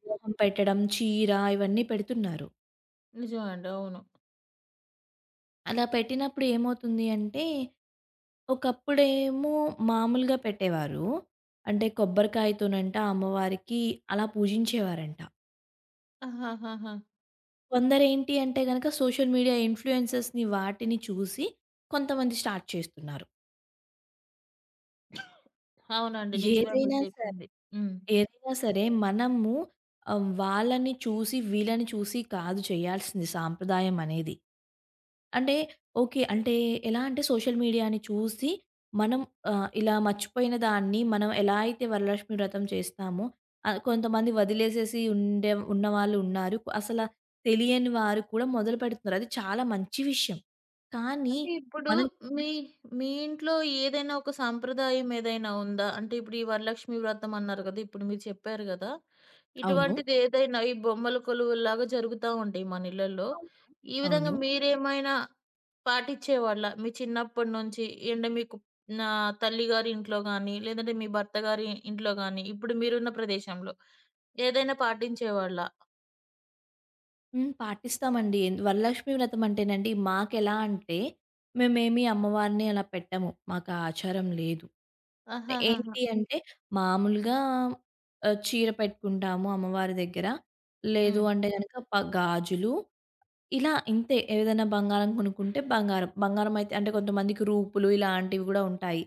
వివాహం పెట్టడం, చీర ఇవన్నీ పెడుతున్నారు. నిజమే అండి. అవును. అలా పెట్టినప్పుడు ఏమవుతుంది అంటే, ఒకప్పుడేమో మామూలుగా పెట్టేవారు. అంటే కొబ్బరికాయతోనంట అమ్మవారికి అలా పూజించేవారంట. ఆహాహాహా! కొందరేంటి అంటే గనక సోషల్ మీడియా ఇన్‌ఫ్లుయెన్సర్స్‌ని వాటిని చూసి కొంతమంది స్టార్ట్ చేస్తున్నారు. అవునండి. నిజమే మీరు ఏదైనా సరే. చెప్పింది. హ్మ్. ఏదైనా సరే మనము వాళ్ళని చూసి, వీళ్ళని చూసి కాదు చేయాల్సింది సాంప్రదాయం అనేది. అంటే ఓకే. అంటే ఎలా అంటే సోషల్ మీడియాని చూసి మనం ఇలా మర్చిపోయిన దాన్ని మనం ఎలా అయితే వరలక్ష్మి వ్రతం చేస్తామో కొంతమంది వదిలేసేసి ఉన్నవాళ్ళు ఉన్నారు. తెలియని వారు కూడా మొదలుపెడుతున్నారు. అది చాలా మంచి విషయం. కానీ అంటే ఇప్పుడు మనం మీ మీ ఇంట్లో ఏదైనా ఒక సాంప్రదాయం ఏదైనా ఉందా? అంటే ఇప్పుడు ఈ వరలక్ష్మి వ్రతం అన్నారు కదా! ఇప్పుడు మీరు చెప్పారు కదా! అవును. ఇటువంటిది ఏదైనా ఈ బొమ్మల కొలువుల్లాగా జరుగుతా ఉంటాయి మన ఇళ్లల్లో. అవును. ఈ విధంగా అవును. మీరేమైనా పాటించేవాళ్ళా? మీ చిన్నప్పటి నుంచి అంటే మీకు నా తల్లిగారి ఇంట్లో గాని, లేదంటే మీ భర్త గారి ఇంట్లో గాని, ఇప్పుడు మీరున్న ప్రదేశంలో ఏదైనా పాటించేవాళ్ళా? హ్మ్. పాటిస్తామండి. వరలక్ష్మి వ్రతం అంటేనండి మాకెలా అంటే, మేమేమి అమ్మవారిని అలా పెట్టము. మాకా ఆచారం లేదు. ఆహాహాహా! ఏంటి హ్మ్. అంటే, మామూలుగా చీర పెట్టుకుంటాము అమ్మవారి దగ్గర. లేదు హ్మ్. అంటే గనక గాజులు ఇలా ఇంతే. ఏదైనా బంగారం కొనుక్కుంటే బంగారం. బంగారం అయితే అంటే కొంతమందికి రూపులు ఇలాంటివి గూడా ఉంటాయి.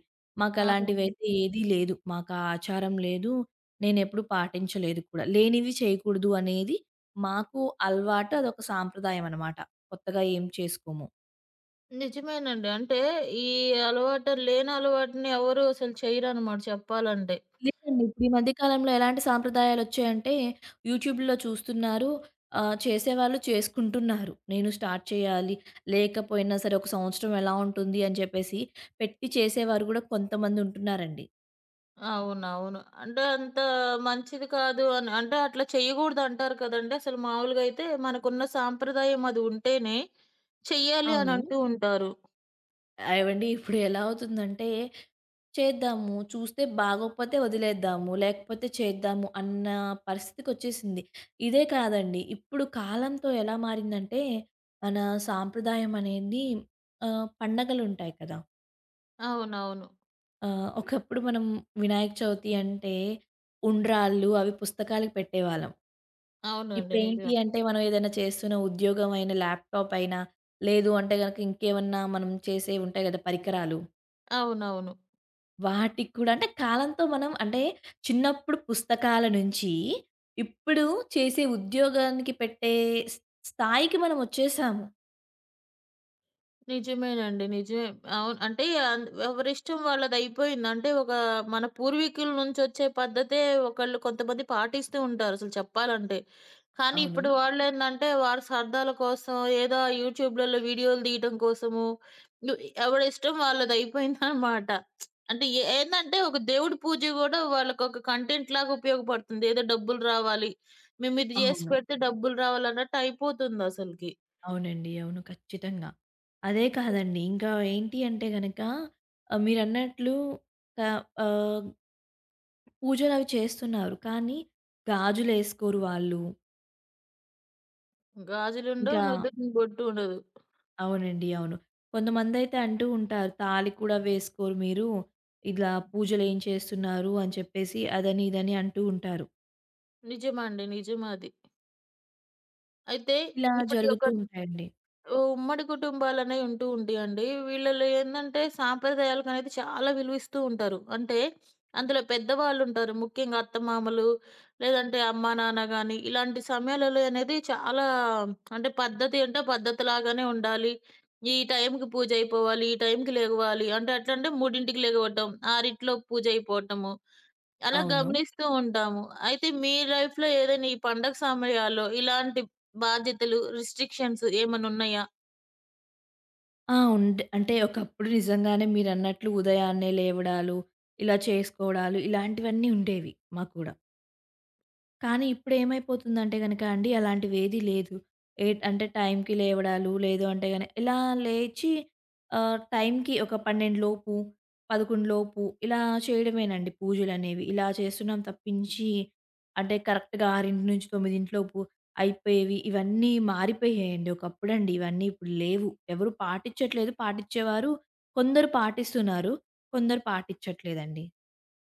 ఆహా! మాకలాంటివైతే ఏదీ లేదు. మాకా ఆచారం లేదు. నేనెప్పుడు పాటించలేదు కూడా. లేనివి చేయకూడదు అనేది మాకు అలవాటు. అదొక సాంప్రదాయం అనమాట. కొత్తగా ఏం చేసుకోము. నిజమేనండి. అంటే ఈ అలవాటు లేని అలవాటుని ఎవరు అసలు చెయ్యరనమాట చెప్పాలంటే. లేదండి. ఇప్పుడు ఈ మధ్య కాలంలో ఎలాంటి సాంప్రదాయాలొచ్చాయంటే, యూట్యూబ్‌లో చూస్తున్నారు. చేసేవాళ్ళు చేసుకుంటున్నారు. నేను స్టార్ట్ చేయాలి, లేకపోయినా సరే ఒక సంవత్సరం ఎలా ఉంటుంది అని చెప్పేసి పెట్టి చేసేవారు గూడా కొంతమంది ఉంటున్నారండి. అవునవును. అంటే అంత మంచిది కాదు అని అంటే అట్లా చేయగూడదంటారు కదండీ! అసలు మామూలుగా అయితే మనకున్న సాంప్రదాయం అది ఉంటేనే చెయ్యాలి అని అవును. అంటూ ఉంటారు. ఏవండి ఇప్పుడు ఎలా అవుతుందంటే, చేద్దాము, చూస్తే బాగోకపోతే వదిలేద్దాము, లేకపోతే చేద్దాము అన్న పరిస్థితికొచ్చేసింది. ఇదే కాదండి, ఇప్పుడు కాలంతో ఎలా మారిందంటే, మన సాంప్రదాయం అనేది పండగలుంటాయి కదా! అవునవును. ఒకప్పుడు మనం వినాయక చవితి అంటే ఉండ్రాళ్ళు అవి పుస్తకాలకి పెట్టేవాళ్ళం. అవునండి. నిజమే. ఇప్పుడేంటి అంటే మనం ఏదైనా చేస్తున్న ఉద్యోగం అయినా, ల్యాప్‌టాప్ అయినా, లేదు అంటే గనక ఇంకేమన్నా మనం చేసేవి ఉంటాయి గదా! పరికరాలు. అవునవును. వాటికి కూడా అంటే కాలంతో మనం అంటే చిన్నప్పుడు పుస్తకాల నుంచి ఇప్పుడు చేసే ఉద్యోగానికి పెట్టే స్ స్థాయికి మనం వచ్చేసాము. నిజమేనండి. నిజమే. అవును. అంటే ఎవరిష్టం వాళ్ళదయిపోయింది. అంటే ఒక మన పూర్వీకుల నుంచొచ్చే పద్ధతే ఒకళ్ళు కొంతమంది పాటిస్తూ ఉంటారు అసలు చెప్పాలంటే. కానీ అవును. ఇప్పుడు వాళ్ళేందంటే వారి సరదాల కోసం ఏదో యూట్యూబ్‌లలో వీడియోలు తీయటం కోసము ను ఎవడిష్టం వాళ్ళదయిపోయిందనమాట. అంటే ఏందంటే ఒక దేవుడి పూజ గూడా వాళ్ళకొక కంటెంట్‌లాగా ఉపయోగపడుతుంది. ఏదో డబ్బులు రావాలి. మేమిది జేసి అవును. పెడితే డబ్బులు రావాలన్నట్టయిపోతుందసలకి. అవునండి. అవును. ఖచ్చితంగా. అదే కాదండి. ఇంకా ఏంటి అంటే గనక మీరన్నట్లు క ఆహ్, పూజలవి చేస్తున్నారు. కానీ గాజులేసుకోరు వాళ్ళు. గాజులుండవు. ఇంకా నుదుటిన బొట్టు ఉండదు. అవునండి. అవును. కొంతమందైతే అంటూ ఉంటారు. తాళి కూడా వేసుకోరు మీరు. ఇలా పూజలేం చేస్తున్నారు అని చెప్పేసి అదని, ఇదని అంటూ ఉంటారు. నిజమండి. నిజమది. అయితే ఇలా ఇప్పుడు ఈ యొక్క జరుగుతూ ఉంటాయండి. ఉమ్మడి కుటుంబాలనేవి ఉంటూ ఉంటాయండి. వీళ్ళలో ఏందంటే సాంప్రదాయాలకనేది చాలా విలువిస్తూ ఉంటారు. అంటే అందులో పెద్దవాళ్ళుంటారు. ముఖ్యంగా అత్తమామలు లేదంటే అమ్మా, నాన్న గాని ఇలాంటి సమయాలలో అనేది చాలా అంటే పద్ధతి అంటే పద్ధతిలాగానే ఉండాలి. ఈ టైంకి పూజ అయిపోవాలి. ఈ టైంకి లెగవాలి. అంటే ఎట్లంటే 3కి లెగవటం, 6 పూజ అయిపోవటము. అలా అవును. గమనిస్తూ ఉంటాము. అయితే మీ లైఫ్‌లో ఏదైనా ఈ పండగ సమయాల్లో ఇలాంటి బాధ్యతలు, రిస్ట్రిక్షన్స్ ఏమన్నున్నాయా? ఆ! అంటే ఒకప్పుడు నిజంగానే మీరన్నట్లు ఉదయాన్నే లేవడాలు, ఇలా చేసుకోవడాలు ఇలాంటివన్నీ ఉండేవి మాకు కూడా. కానీ ఇప్పుడేమైపోతుందంటే గనక అండి అలాంటివేదీ లేదు. అంటే టైంకి లేవడాలు, లేదు అంటే గన ఇలా లేచి టైంకి ఒక 12 లోపు, 11 లోపు ఇలా చేయడమేనండి పూజలనేవి. ఇలా చేస్తున్నాం తప్పించి అంటే కరెక్ట్‌గా 6:00-9:00 అయిపోయేవి ఇవన్నీ మారిపోయాయండి. ఒకప్పుడండి ఇవన్నీ ఇప్పుడు లేవు. ఎవరు పాటించట్లేదు, పాటించేవారు కొందరు పాటిస్తున్నారు, కొందరు పాటించట్లేదండి.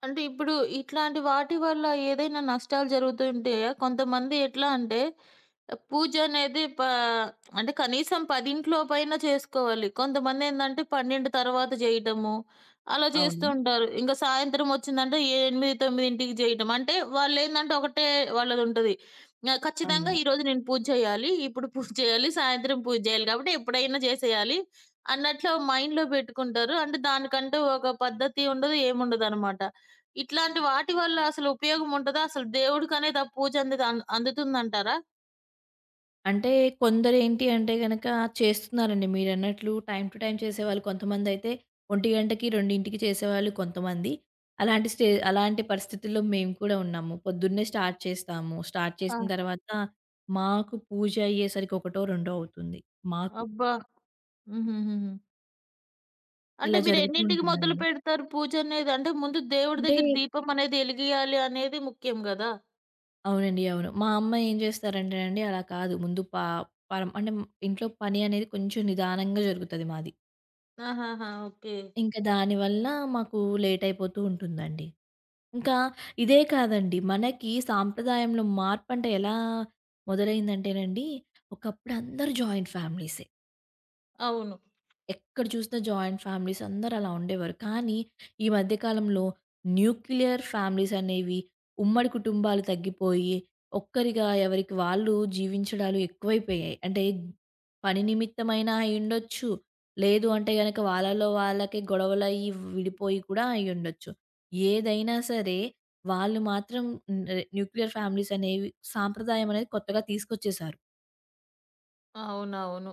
అంటే ఇప్పుడు ఇట్లాంటి వాటి వల్ల ఏదైనా నష్టాలు జరుగుతుంటాయా? కొంతమంది ఎట్లా అంటే పూజ అనేది అంటే కనీసం 10 పైన చేసుకోవాలి. కొంతమందేందంటే 12 తర్వాత చేయటము అలా అవును. చేస్తూ ఉంటారు. ఇంక సాయంత్రం ఒచ్చిందంటే 8, 9కి చేయటం. అంటే వాళ్ళేందంటే ఒకటే వాళ్ళదుంటది. ఆహ్, ఖచ్చితంగా అవును. ఈరోజు నేను పూజ చేయాలి. ఇప్పుడు పూజ చేయాలి. సాయంత్రం పూజ చేయాలి. కాబట్టి ఎప్పుడైనా చేసేయాలి అన్నట్లు మైండ్‌లో పెట్టుకుంటారు. అంటే దానికంటూ ఒక పద్ధతి ఉండదు. ఏముండదనమాట. ఇట్లాంటి వాటి వల్ల అసలు ఉపయోగం ఉంటదా? అసలు దేవుడికనే ద పూజ అందదు అందుతుందంటారా? అంటే కొందరేంటి అంటే గనక చేస్తున్నారండి మీరన్నట్లు టైమ్ టు టైమ్ చేసేవాళ్ళు. కొంతమందైతే 1:00కి, 2:00కి చేసేవాళ్ళు కొంతమంది. అలాంటి పరిస్థితుల్లో మేము కూడా ఉన్నాము. పొద్దున్నే స్టార్ట్ చేస్తాము. స్టార్ట్ ఆ! చేసిన తర్వాత మాకు పూజ అయ్యేసరికి ఒకటో, రెండో అవుతుంది మాకు. అబ్బా! హుహుహుహు. అంటే ఇలా జరుగుతూ మీరెన్నింటికి మొదలు ఉంటుందండి. పెడతారు పూజనేది? అంటే ముందు దేవుడి అంటే దగ్గర దీపం అనేది ఎలిగియాలి అనేది ముఖ్యం గదా! అవునండి. అవును. మా అమ్మ ఏం చేస్తారంటేనండి అలా కాదు. ముందు పరం అంటే ఇంట్లో పని అనేది కొంచెం నిదానంగా జరుగుతది మాది. ఆహాహా! ఓకే. ఇంకా దానివల్ల మాకు లేట్ అయిపోతూ ఉంటుందండి. ఇంకా ఇదే కాదండి. మనకి సాంప్రదాయంలో మార్పంటే ఎలా మొదలైందంటేనండి, ఒకప్పుడు అందరూ జాయింట్ ఫ్యామిలీసే. అవును. ఎక్కడ చూసినా జాయింట్ ఫ్యామిలీస్ అందరూ అలా ఉండేవారు. కానీ ఈ మధ్య కాలంలో న్యూక్లియర్ ఫ్యామిలీస్ అనేవి ఉమ్మడి కుటుంబాలు తగ్గిపోయి, ఒక్కరిగా ఎవరికి వాళ్ళు జీవించడాలు ఎక్కువైపోయాయి. అంటే పని నిమిత్తమైనా అయ్యుండొచ్చు. లేదు అంటే గనక వాళ్ళలో వాళ్ళకే గొడవలయ్యి విడిపోయి కూడా అయ్యుండొచ్చు. ఏదైనా సరే వాళ్ళు మాత్రం న్ న్యూక్లియర్ ఫ్యామిలీస్ అనేవి సాంప్రదాయం అనేది కొత్తగా తీసుకొచ్చేసారు. అవునవును.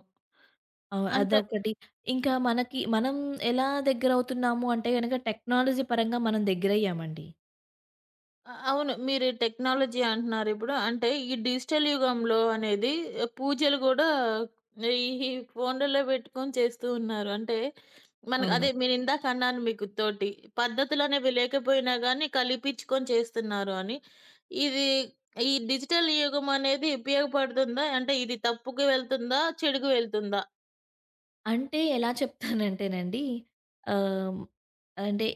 అవును. అంటే అదొకటి. ఇంకా మనకి మనం ఎలా దగ్గరవుతున్నాము అంటే గనక టెక్నాలజీ పరంగా మనం దగ్గరయ్యామండి. అవును. మీరు టెక్నాలజీ అంటున్నారిప్పుడు. అంటే ఈ డిజిటల్ యుగంలో అనేది ఆహ్, పూజలు గూడా ఈ ఈ ఫోనుల్లో పెట్టుకొని చేస్తూ ఉన్నారు. అంటే మన అవును. అదే నేను ఇందాక అన్నాను మీకు తోటి. పద్ధతులనేవి లేకపోయినా గానీ కలిపిచ్చుకొని చేస్తున్నారు అని. ఇది ఈ డిజిటల్ యుగం అనేది ఉపయోగపడుతుందా? అంటే ఇది తప్పుకి వెళ్తుందా? చెడుకు వెళ్తుందా? అంటే ఎలా చెప్తానంటేనండి ఆహ్, అంటే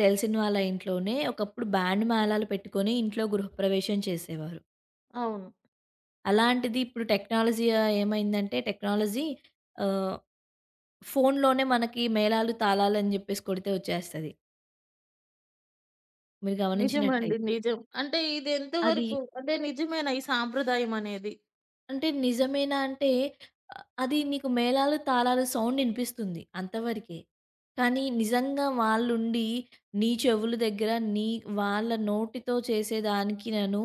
తెలిసిన వాళ్ళ ఇంట్లోనే ఒకప్పుడు బ్యాండ్ మేళాలు పెట్టుకొని ఇంట్లో గృహప్రవేశం చేసేవారు. అవును. అలాంటిది ఇప్పుడు టెక్నాలజీ ఏమైందంటే టెక్నాలజీ ఆహ్, ఫోనులోనే మనకి మేళాలు, తాళాలు అని జెప్పేసి కొడితే వచ్చేస్తది. మీరు నిజమండి. గమనించినట్లయితే. నిజం. అంటే ఇది ఎంత అది వరకు అంటే నిజమేనా ఈ సాంప్రదాయం అనేది? అంటే నిజమేనా అంటే అ అది నీకు మేళాలు, తాళాలు సౌండ్ ఇనిపిస్తుంది అంతవరకే. కానీ నిజంగా వాళ్ళుండి నీ చెవుల దగ్గర నీ వాళ్ళ నోటితో చేసేదానికినను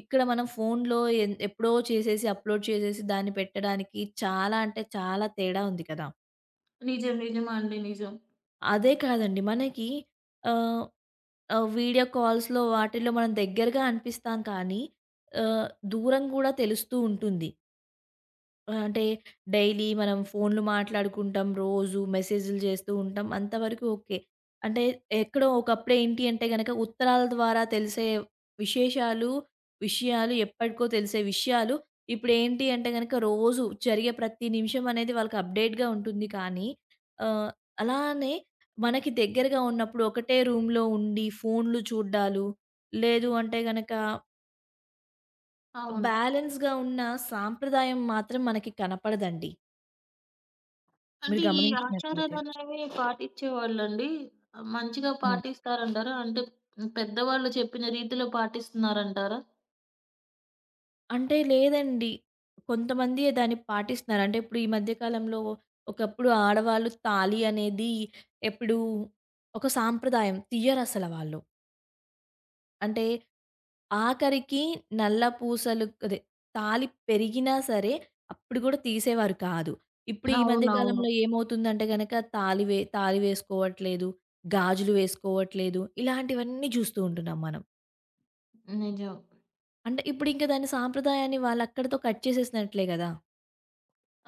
ఇక్కడ మనం ఫోన్‌లో ఎప్పుడో చేసేసి అప్‌లోడ్ చేసేసి దాన్ని పెట్టడానికి చాలా అంటే చాలా తేడా ఉంది కదా! నిజం. నిజమండి. నిజం. అదే కాదండి మనకి ఆహ్, ఆహ్, వీడియో కాల్స్‌లో వాటిల్లో మనం దగ్గరగా అనిపిస్తాం కానీ ఆహ్, దూరం గూడా తెలుస్తూ ఉంటుంది. అంటే డైలీ మనం ఫోన్‌లు మాట్లాడుకుంటాం. రోజు మెసేజ్‌లు చేస్తూ ఉంటాం. అంతవరకు ఓకే. అంటే ఎక్కడో ఒకప్పుడు ఏంటి అంటే గనక ఉత్తరాల ద్వారా తెలిసే విశేషాలు, విషయాలు ఎప్పటికో తెలిసే విషయాలు ఇప్పుడేంటి అంటే గనక రోజు జరిగే ప్రతి నిమిషం అనేది వాళ్ళకి అప్‌డేట్‌గా ఉంటుంది. కానీ ఆహ్, అలానే మనకి దగ్గరగా ఉన్నప్పుడు ఒకటే రూమ్‌లో ఉండి ఫోన్‌లు చూడ్డాలు, లేదు అంటే గనక అవును. బ్యాలెన్స్‌గా ఉన్న సాంప్రదాయం మాత్రం మనకి కనపడదండి. మీరు అంటే ఈ గమనించినట్లయితే. ఆచారాలనేవి పాటిచ్చేవాళ్ళండి. మంచిగా హ్మ్. పాటిస్తారంటారా? అంటే పెద్దవాళ్ళు చెప్పిన రీతిలో పాటిస్తున్నారంటారా? అంటే లేదండి. కొంతమంది దాన్ని పాటిస్తున్నారు. అంటే ఇప్పుడు ఈ మధ్య కాలంలో ఒకప్పుడు ఆడవాళ్ళు తాళి అనేది ఎప్పుడు ఒక సాంప్రదాయం తీయరసల వాళ్ళు. అంటే ఆఖరికి నల్ల పూసలు అదే తాళి పెరిగినా సరే అప్పుడు కూడా తీసేవారు కాదు. ఇప్పుడు ఈ మధ్య అవునవును. కాలంలో ఏమవుతుందంటే గనక తాళి వేసుకోవట్లేదు, గాజులు వేసుకోవట్లేదు. ఇలాంటివన్నీ చూస్తూ ఉంటున్నాం మనం. నిజం. అంటే ఇప్పుడింక దాని సాంప్రదాయాన్ని వాళ్ళక్కడితో కట్ చేసేసినట్లే గదా!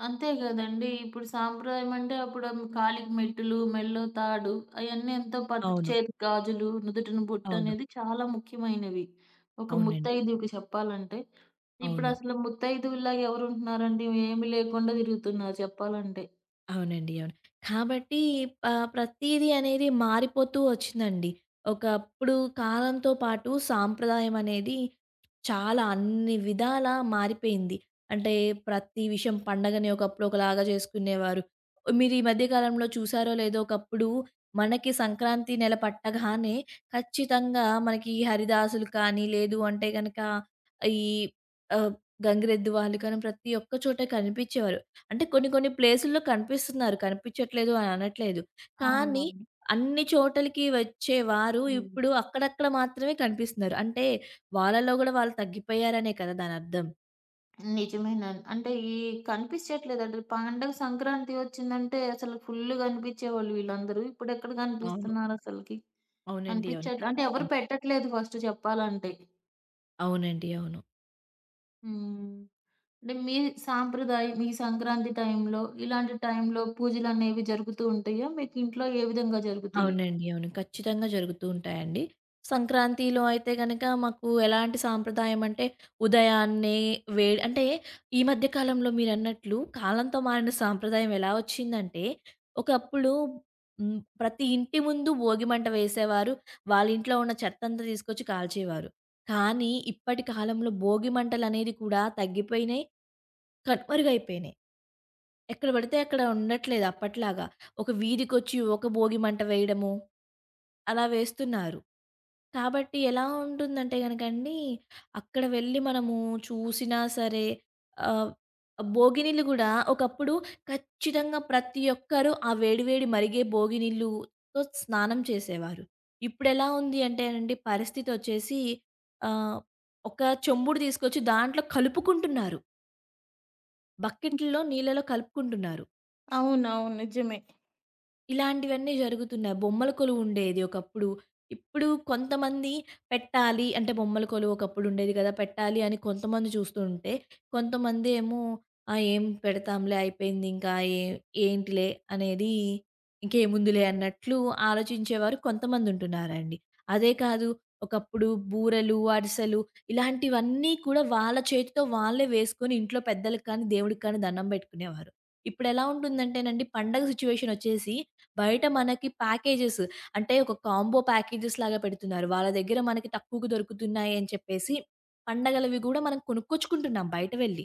అంతే గదండీ! ఇప్పుడు సాంప్రదాయం అంటే అప్పుడు ఆ కాలికి మెట్టులు, మెడలో తాడు అయన్నీ ఎంతో పద్ అవును. చేతికి గాజులు, నుదుటిన బొట్టు అవును. అనేది చాలా ముఖ్యమైనవి. ఒక అవునండి. ముత్తైదువుకి చెప్పాలంటే. అవును. ఇప్పుడసలు ముత్తైదువుల్లాగా ఎవరుంటున్నారండి? ఏమి లేకుండా తిరుగుతున్నారు చెప్పాలంటే. అవునండి. అవును. కాబట్టి ప ప్రతీది అనేది మారిపోతూ వచ్చిందండి. ఒకప్పుడు కాలంతో పాటు సాంప్రదాయం అనేది చాలా అన్ని విధాలా మారిపోయింది. అంటే ప్రతి విషయం పండగని ఒకప్పుడు ఒకలాగా చేసుకునేవారు. మీరు ఈ మధ్య కాలంలో చూసారో లేదో ఒకప్పుడు మనకి సంక్రాంతి నెల పట్టగానే ఖచ్చితంగా మనకి ఈ హరిదాసులు కానీ, లేదు అంటే గనక ఈ ఆహ్, గంగిరెద్దు వాళ్ళు కానీ ప్రతి ఒక్క చోట కనిపించేవారు. అంటే కొన్ని కొన్ని ప్లేసుల్లో కనిపిస్తున్నారు. కనిపించట్లేదు అని అనట్లేదు. కానీ అవునవును. అన్ని చోటలకి వచ్చేవారు హ్మ్. ఇప్పుడు అక్కడక్కడ మాత్రమే కనిపిస్తున్నారు. అంటే వాళ్ళలో గూడా వాళ్ళు తగ్గిపోయారనే కదా దానర్థం. నిజమేనండి. అంటే ఈ కనిపించట్లేదండి. పండగ సంక్రాంతి వచ్చిందంటే అసలు ఫుల్ కనిపించేవాళ్ళు వీళ్ళందరూ. ఇప్పుడెక్కడ అవును. కనిపిస్తున్నారసలకి? అవునండి. అవును. కనిపించట్లే. అంటే ఎవరు ఖచ్చితంగా. పెట్టట్లేదు ఫస్ట్ చెప్పాలంటే. అవునండి. అవును. హ్మ్. అంటే మీ సాంప్రదాయం మీ సంక్రాంతి టైంలో ఇలాంటి టైంలో పూజలనేవి జరుగుతూ ఉంటాయా? మీకు ఇంట్లో ఏ విధంగా జరుగుతాయి? అవునండి. అవును. ఖచ్చితంగా జరుగుతూ ఉంటాయండి. సంక్రాంతిలో అయితే గనక మాకు ఎలాంటి సాంప్రదాయం అంటే ఉదయాన్నే వేడి అంటే ఈ మధ్య కాలంలో మీరన్నట్లు కాలంతో మారిన సాంప్రదాయం ఎలా వచ్చిందంటే ఒకప్పుడు హ్మ్. ప్రతి ఇంటి ముందు భోగి మంట వేసేవారు. వాళ్ళ ఇంట్లో ఉన్న చెత్తంతా తీసుకొచ్చి కాల్చేవారు. కానీ ఇప్పటి కాలంలో భోగి మంటలనేది కూడా తగ్గిపోయినయి. కనుమరుగైపోయినాయి. ఎక్కడ పడితే అక్కడ ఉండట్లేదు అప్పట్లాగా. ఒక వీధికొచ్చి ఒక భోగి మంట వేయడము, అలా వేస్తున్నారు. కాబట్టి ఎలా ఉంటుందంటే గనకండి, అక్కడ వెళ్లి మనము చూసినా సరే ఆహ్, భోగి నీళ్ళు గూడా ఒకప్పుడు ఖచ్చితంగా ప్రతి ఒక్కరు ఆ వేడి వేడి మరిగే భోగి నీళ్ళుతో స్నానం చేసేవారు. ఇప్పుడెలా ఉంది అంటేనండి పరిస్థితొచ్చేసి ఆహ్, ఒక చెంబుడు తీసుకొచ్చి దాంట్లో కలుపుకుంటున్నారు. బకెట్‌ల్లో నీళ్ళలో కలుపుకుంటున్నారు. అవునవును. నిజమే. ఇలాంటివన్నీ జరుగుతున్నాయి. బొమ్మల కొలువు ఉండేది ఒకప్పుడు. ఇప్పుడు కొంతమంది పెట్టాలి అంటే బొమ్మల కొలువు ఒకప్పుడు ఉండేది కదా! పెట్టాలి అని కొంతమంది చూస్తూ ఉంటే, కొంతమంది ఏమో ఆ! ఏం పెడతాంలే అయిపోయింది ఇంకా ఏ ఏంటిలే అనేది ఇంకేముందిలే అన్నట్లు ఆలోచించేవారు కొంతమంది ఉంటున్నారండి. అదే కాదు ఒకప్పుడు బూరలు, అరిసెలు ఇలాంటివన్నీ కూడా వాళ్ళ చేతితో వాళ్ళే వేసుకొని ఇంట్లో పెద్దలకి కానీ, దేవుడికి కానీ దండం పెట్టుకునేవారు. ఇప్పుడెలా ఉంటుందంటేనండి పండగ సిట్యుయేషన్ వచ్చేసి బయట మనకి ప్యాకేజెస్ అంటే ఒక కాంబో ప్యాకేజెస్ లాగా పెడుతున్నారు. వాళ్ళ దగ్గర మనకి తక్కువకు దొరుకుతున్నాయి అని చెప్పేసి, పండగలవి గూడా మనం కొనుక్కొచ్చుకుంటున్నాం బయట వెళ్ళి.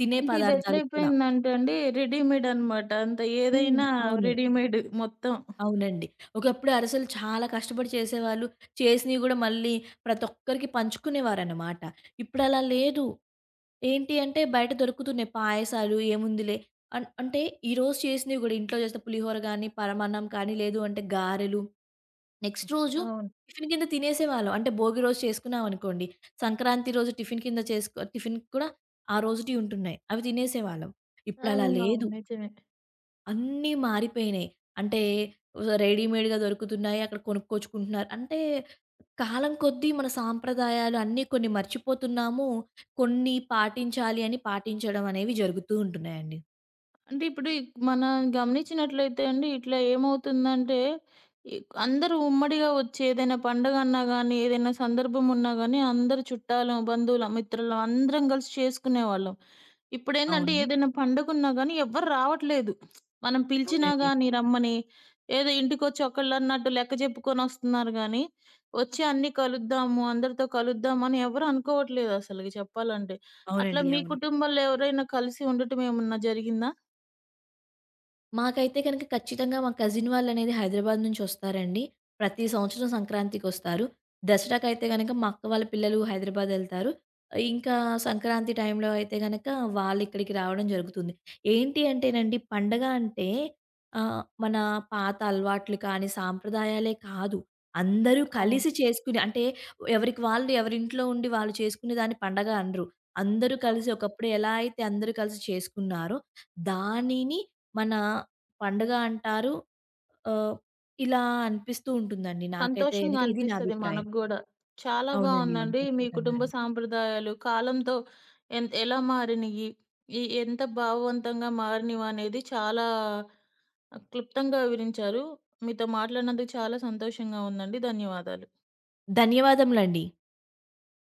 తినే అంటే ఇది పదార్థాలు కూడా. ఎట్లయిపోయిందంటే అండి రెడీమేడ్ అన్నమాట. అంత హ్మ్. ఏదైనా అవును. రెడీమేడ్ మొత్తం. అవునండి. ఒకప్పుడు అరిసెలు చాలా కష్టపడి చేసేవాళ్ళు. చేసినవి గూడా మళ్ళీ ప్రతి ఒక్కరికి పంచుకునేవారనమాట. ఇప్పుడలా లేదు. ఏంటి అంటే బయట దొరుకుతున్నాయి పాయసాలు ఏముందిలే అంటే ఈరోజు చేసినవి గూడా ఇంట్లో చేసిన పులిహోర గానీ, పరమాన్నం కానీ, లేదు అంటే గారెలు నెక్స్ట్ రోజు అవును. టిఫిన్ కింద తినేసేవాళ్ళం. అంటే భోగి రోజు చేసుకున్నామనుకోండి, సంక్రాంతి రోజు టిఫిన్ కింద చేసుకో టిఫిన్‌కి కూడా ఆ రోజుటియి ఉంటున్నాయి. అవి తినేసేవాళ్ళం. ఇప్పుడలా అవునవును. లేదు. నిజమే. అన్నీ మారిపోయినాయి. అంటే రెడీమేడ్‌గా దొరుకుతున్నాయి. అక్కడ కొనుక్కొచ్చుకుంటున్నారు. అంటే కాలం కొద్దీ మన సాంప్రదాయాలు అన్నీ కొన్ని మర్చిపోతున్నాము. కొన్ని పాటించాలి అని పాటించడం అనేవి జరుగుతూ ఉంటున్నాయండి. అంటే ఇప్పుడు మనం గమనించినట్లయితే అండి, ఇట్లా ఏమవుతుందంటే, ఇ అందరూ ఉమ్మడిగా వచ్చి ఏదైనా పండగన్నా గానీ, ఏదైనా సందర్భం ఉన్నా గానీ, అందరూ చుట్టాలం, బంధువులం, మిత్రులం అందరం కలిసి చేసుకునేవాళ్ళం. ఇప్పుడేందంటే అవును. ఏదైనా పండగున్నా గానీ ఎవ్వరు రావట్లేదు. మనం పిలిచినా అవునండి. గానీ రమ్మని, ఏదో ఇంటికొచ్చి ఒకళ్ళన్నట్టు లెక్క చెప్పుకొనొస్తున్నారు గానీ, వచ్చి అన్నీ కలుద్దాము, అందరితో కలుద్దామని ఎవరు అనుకోవట్లేదసలకి చెప్పాలంటే. అట్లా అవునండి. మీ అవును. కుటుంబంలో ఎవరైనా కలిసి ఉండటం ఏమన్నా జరిగిందా? మాకైతే గనక ఖచ్చితంగా మా కజిన్ వాళ్ళనేది హైదరాబాద్ నుంచొస్తారండి. ప్రతి సంవత్సరం సంక్రాంతికొస్తారు. దసరాకైతే గనక మా అక్క వాళ్ళ పిల్లలు హైదరాబాదెళ్తారు. ఇంకా సంక్రాంతి టైంలో అయితే గనక వాళ్ళిక్కడికి రావడం జరుగుతుంది. ఏంటి అంటేనండి పండగ అంటే మన పాత అలవాట్లు కానీ, సాంప్రదాయాలే కాదు. అందరూ అవును. కలిసి చేసుకునే అంటే ఎవరికి వాళ్ళు ఎవరింట్లో ఉండి వాళ్ళు చేసుకునే దాన్ని పండగ అనరు. అందరూ ఆ! కలిసి ఒకప్పుడు ఎలా అయితే అందరూ కలిసి చేసుకున్నారో దానిని మన పండుగ అంటారు. ఆహ్, ఇలా అనిపిస్తూ ఉంటుందండి నాకైతే సంతోషంగా గనక. ఇది నా అనిపిస్తది అభిప్రాయం. మనకు గూడా. చాలా అవునండి. అవును. బావుందండి. మీ ఖచ్చితంగా కుటుంబ అండి. సాంప్రదాయాలు కాలంతో ఎలా మారినియి, ఈ ఎంత భావవంతంగా మారినివనేది చాలా క్లుప్తంగా వివరించారు. మీతో మాట్లాడినందుకు చాలా సంతోషంగా ఉందండి. ధన్యవాదాలు. ధన్యవాదములండి.